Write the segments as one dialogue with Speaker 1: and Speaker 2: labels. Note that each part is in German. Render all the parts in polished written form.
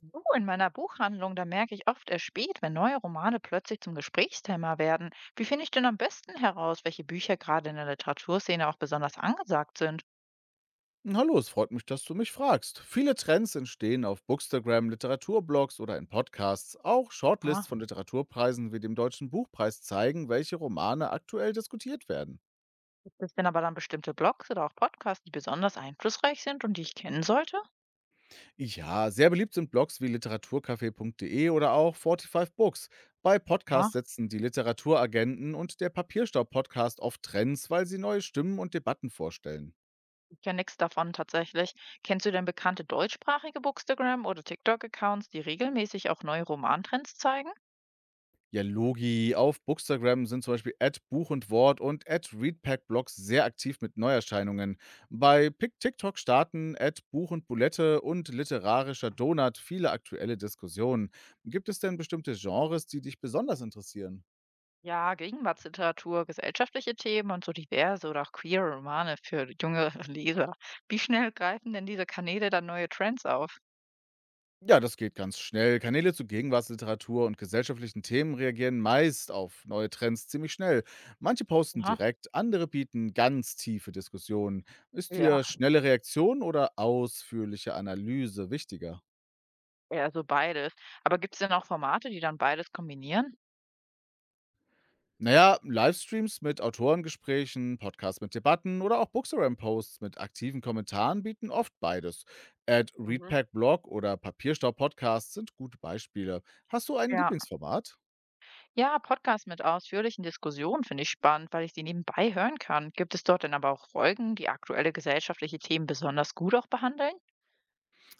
Speaker 1: Du, in meiner Buchhandlung, da merke ich oft erst spät, wenn neue Romane plötzlich zum Gesprächsthema werden. Wie finde ich denn am besten heraus, welche Bücher gerade in der Literaturszene auch besonders angesagt sind?
Speaker 2: Hallo, es freut mich, dass du mich fragst. Viele Trends entstehen auf Bookstagram, Literaturblogs oder in Podcasts. Auch Shortlists
Speaker 1: Ja,
Speaker 2: von Literaturpreisen wie dem Deutschen Buchpreis zeigen, welche Romane aktuell diskutiert werden.
Speaker 1: gibt es denn aber dann bestimmte Blogs oder auch Podcasts, die besonders einflussreich sind und die ich kennen sollte?
Speaker 2: Ja, sehr beliebt sind Blogs wie literaturcafé.de oder auch 45 Books. Bei
Speaker 1: Ja,
Speaker 2: Podcasts setzen die Literaturagenten und der Papierstau-Podcast oft Trends, weil sie neue Stimmen und Debatten vorstellen.
Speaker 1: ich kenne nichts davon tatsächlich. Kennst du denn bekannte deutschsprachige Bookstagram- oder TikTok-Accounts, die regelmäßig auch neue Romantrends zeigen?
Speaker 2: Ja, Logi. Auf Bookstagram sind zum Beispiel at Buch und Wort und at Readpack-Blogs sehr aktiv mit Neuerscheinungen. Bei Pick TikTok starten at Buch und Bulette und literarischer Donut viele aktuelle Diskussionen. Gibt es denn bestimmte Genres, die dich besonders interessieren?
Speaker 1: Ja, Gegenwartsliteratur, gesellschaftliche Themen und so diverse oder auch queere Romane für junge Leser. Wie schnell greifen denn diese Kanäle dann neue Trends auf?
Speaker 2: Ja, das geht ganz schnell. Kanäle zu Gegenwartsliteratur und gesellschaftlichen Themen reagieren meist auf neue Trends ziemlich schnell. Manche posten
Speaker 1: Aha,
Speaker 2: direkt, andere bieten ganz tiefe Diskussionen. Ist
Speaker 1: ja,
Speaker 2: dir schnelle Reaktion oder ausführliche Analyse wichtiger?
Speaker 1: eher so beides. Aber gibt es denn auch Formate, die dann beides kombinieren?
Speaker 2: Naja, Livestreams mit Autorengesprächen, Podcasts mit Debatten oder auch Bookstagram-Posts mit aktiven Kommentaren bieten oft beides. Ad
Speaker 1: Mhm.
Speaker 2: Readpack Blog oder Papierstau Podcast sind gute Beispiele. Hast du ein
Speaker 1: Ja.
Speaker 2: Lieblingsformat?
Speaker 1: Ja, Podcast mit ausführlichen Diskussionen finde ich spannend, weil ich die nebenbei hören kann. Gibt es dort denn aber auch Folgen, die aktuelle gesellschaftliche Themen besonders gut auch behandeln?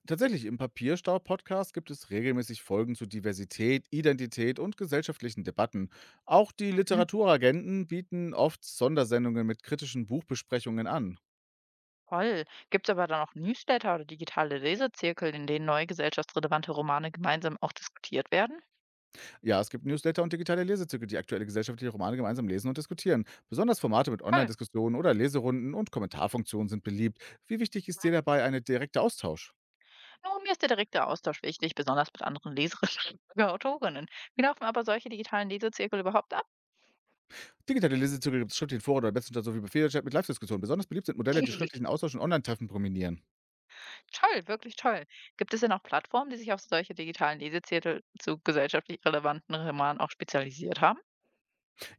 Speaker 2: Tatsächlich, im Papierstau-Podcast gibt es regelmäßig Folgen zu Diversität, Identität und gesellschaftlichen Debatten. Auch die
Speaker 1: Mhm.
Speaker 2: Literaturagenten bieten oft Sondersendungen mit kritischen Buchbesprechungen an.
Speaker 1: Toll. Gibt es aber dann auch Newsletter oder digitale Lesezirkel, in denen neue gesellschaftsrelevante Romane gemeinsam auch diskutiert werden?
Speaker 2: Ja, es gibt Newsletter und digitale Lesezüge, die aktuelle gesellschaftliche Romane gemeinsam lesen und diskutieren. Besonders Formate mit
Speaker 1: Toll.
Speaker 2: Online-Diskussionen oder Leserunden und Kommentarfunktionen sind beliebt. Wie wichtig ist dir dabei ein direkter Austausch?
Speaker 1: Nur mir ist der direkte Austausch wichtig, besonders mit anderen Leserinnen und Autorinnen. Wie laufen aber solche digitalen Lesezirkel überhaupt ab?
Speaker 2: Digitale Lesezüge gibt es schriftlich in Foren oder Messenger sowie Befehlchat mit Live-Diskussionen. Besonders beliebt sind Modelle, die schriftlichen Austausch und Online-Treffen dominieren.
Speaker 1: Toll, wirklich toll. Gibt es denn auch Plattformen, die sich auf solche digitalen Lesezirkel zu gesellschaftlich relevanten Romanen auch spezialisiert haben?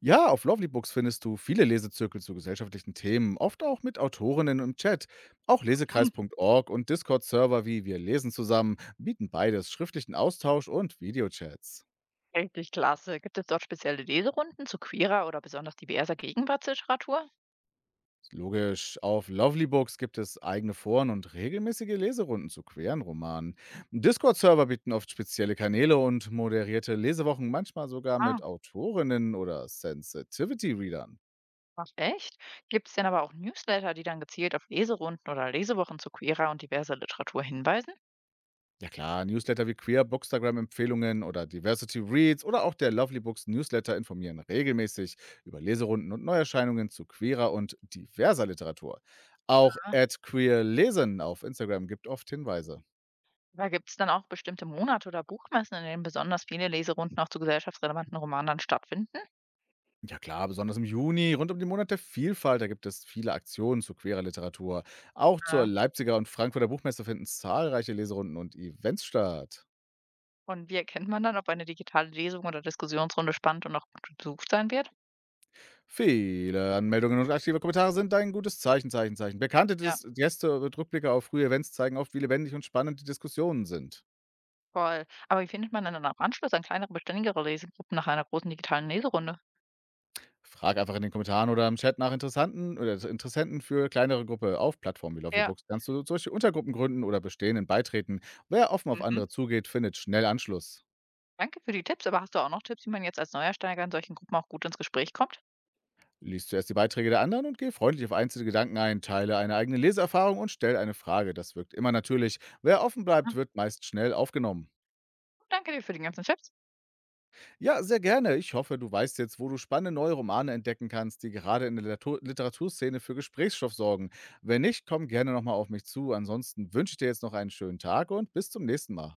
Speaker 2: Ja, auf Lovely Books findest du viele Lesezirkel zu gesellschaftlichen Themen, oft auch mit Autorinnen im Chat. Auch
Speaker 1: Hm,
Speaker 2: lesekreis.org und Discord-Server wie Wir lesen zusammen bieten beides schriftlichen Austausch und Videochats.
Speaker 1: richtig klasse. Gibt es dort spezielle Leserunden zu queerer oder besonders diverser Gegenwartsliteratur?
Speaker 2: Logisch, auf Lovely Books gibt es eigene Foren und regelmäßige Leserunden zu queren Romanen. Discord-Server bieten oft spezielle Kanäle und moderierte Lesewochen, manchmal sogar
Speaker 1: Ah,
Speaker 2: mit Autorinnen oder Sensitivity-Readern.
Speaker 1: ach echt? Gibt es denn aber auch Newsletter, die dann gezielt auf Leserunden oder Lesewochen zu queerer und diverser Literatur hinweisen?
Speaker 2: Ja klar, Newsletter wie Queer, Bookstagram-Empfehlungen oder Diversity Reads oder auch der Lovely Books Newsletter informieren regelmäßig über Leserunden und Neuerscheinungen zu queerer und diverser Literatur. Auch
Speaker 1: Ah,
Speaker 2: at queerlesen auf Instagram gibt oft Hinweise.
Speaker 1: aber gibt es dann auch bestimmte Monate oder Buchmessen, in denen besonders viele Leserunden auch zu gesellschaftsrelevanten Romanen dann stattfinden?
Speaker 2: Ja klar, besonders im Juni, rund um den Monat der Vielfalt, da gibt es viele Aktionen zu queerer Literatur. Auch zur
Speaker 1: Ah,
Speaker 2: Leipziger und Frankfurter Buchmesse finden zahlreiche Leserunden und Events statt.
Speaker 1: und wie erkennt man dann, ob eine digitale Lesung oder Diskussionsrunde spannend und auch gut besucht sein wird?
Speaker 2: Viele Anmeldungen und aktive Kommentare sind ein gutes Zeichen. Bekannte
Speaker 1: Ja,
Speaker 2: Dis Gäste und Rückblicke auf frühe Events zeigen oft, wie lebendig und spannend die Diskussionen sind.
Speaker 1: voll. Aber wie findet man denn dann am Anschluss an kleinere, beständigere Lesegruppen nach einer großen digitalen Leserunde?
Speaker 2: Frag einfach in den Kommentaren oder im Chat nach Interessanten oder Interessenten für kleinere Gruppe. Auf Plattformen wie Lovely
Speaker 1: Ja.
Speaker 2: Books kannst du solche Untergruppen gründen oder bestehenden beitreten. Wer offen auf
Speaker 1: Mhm.
Speaker 2: andere zugeht, findet schnell Anschluss.
Speaker 1: Danke für die Tipps, aber hast du auch noch Tipps, wie man jetzt als Neuersteiger in solchen Gruppen auch gut ins Gespräch kommt?
Speaker 2: Lies zuerst die Beiträge der anderen und geh freundlich auf einzelne Gedanken ein, teile eine eigene Leseerfahrung und stell eine Frage. Das wirkt immer natürlich. Wer offen bleibt,
Speaker 1: Aha.
Speaker 2: wird meist schnell aufgenommen.
Speaker 1: Danke dir für die ganzen Tipps.
Speaker 2: Ja, sehr gerne. Ich hoffe, du weißt jetzt, wo du spannende neue Romane entdecken kannst, die gerade in der Literaturszene für Gesprächsstoff sorgen. Wenn nicht, komm gerne nochmal auf mich zu. Ansonsten wünsche ich dir jetzt noch einen schönen Tag und bis zum nächsten Mal.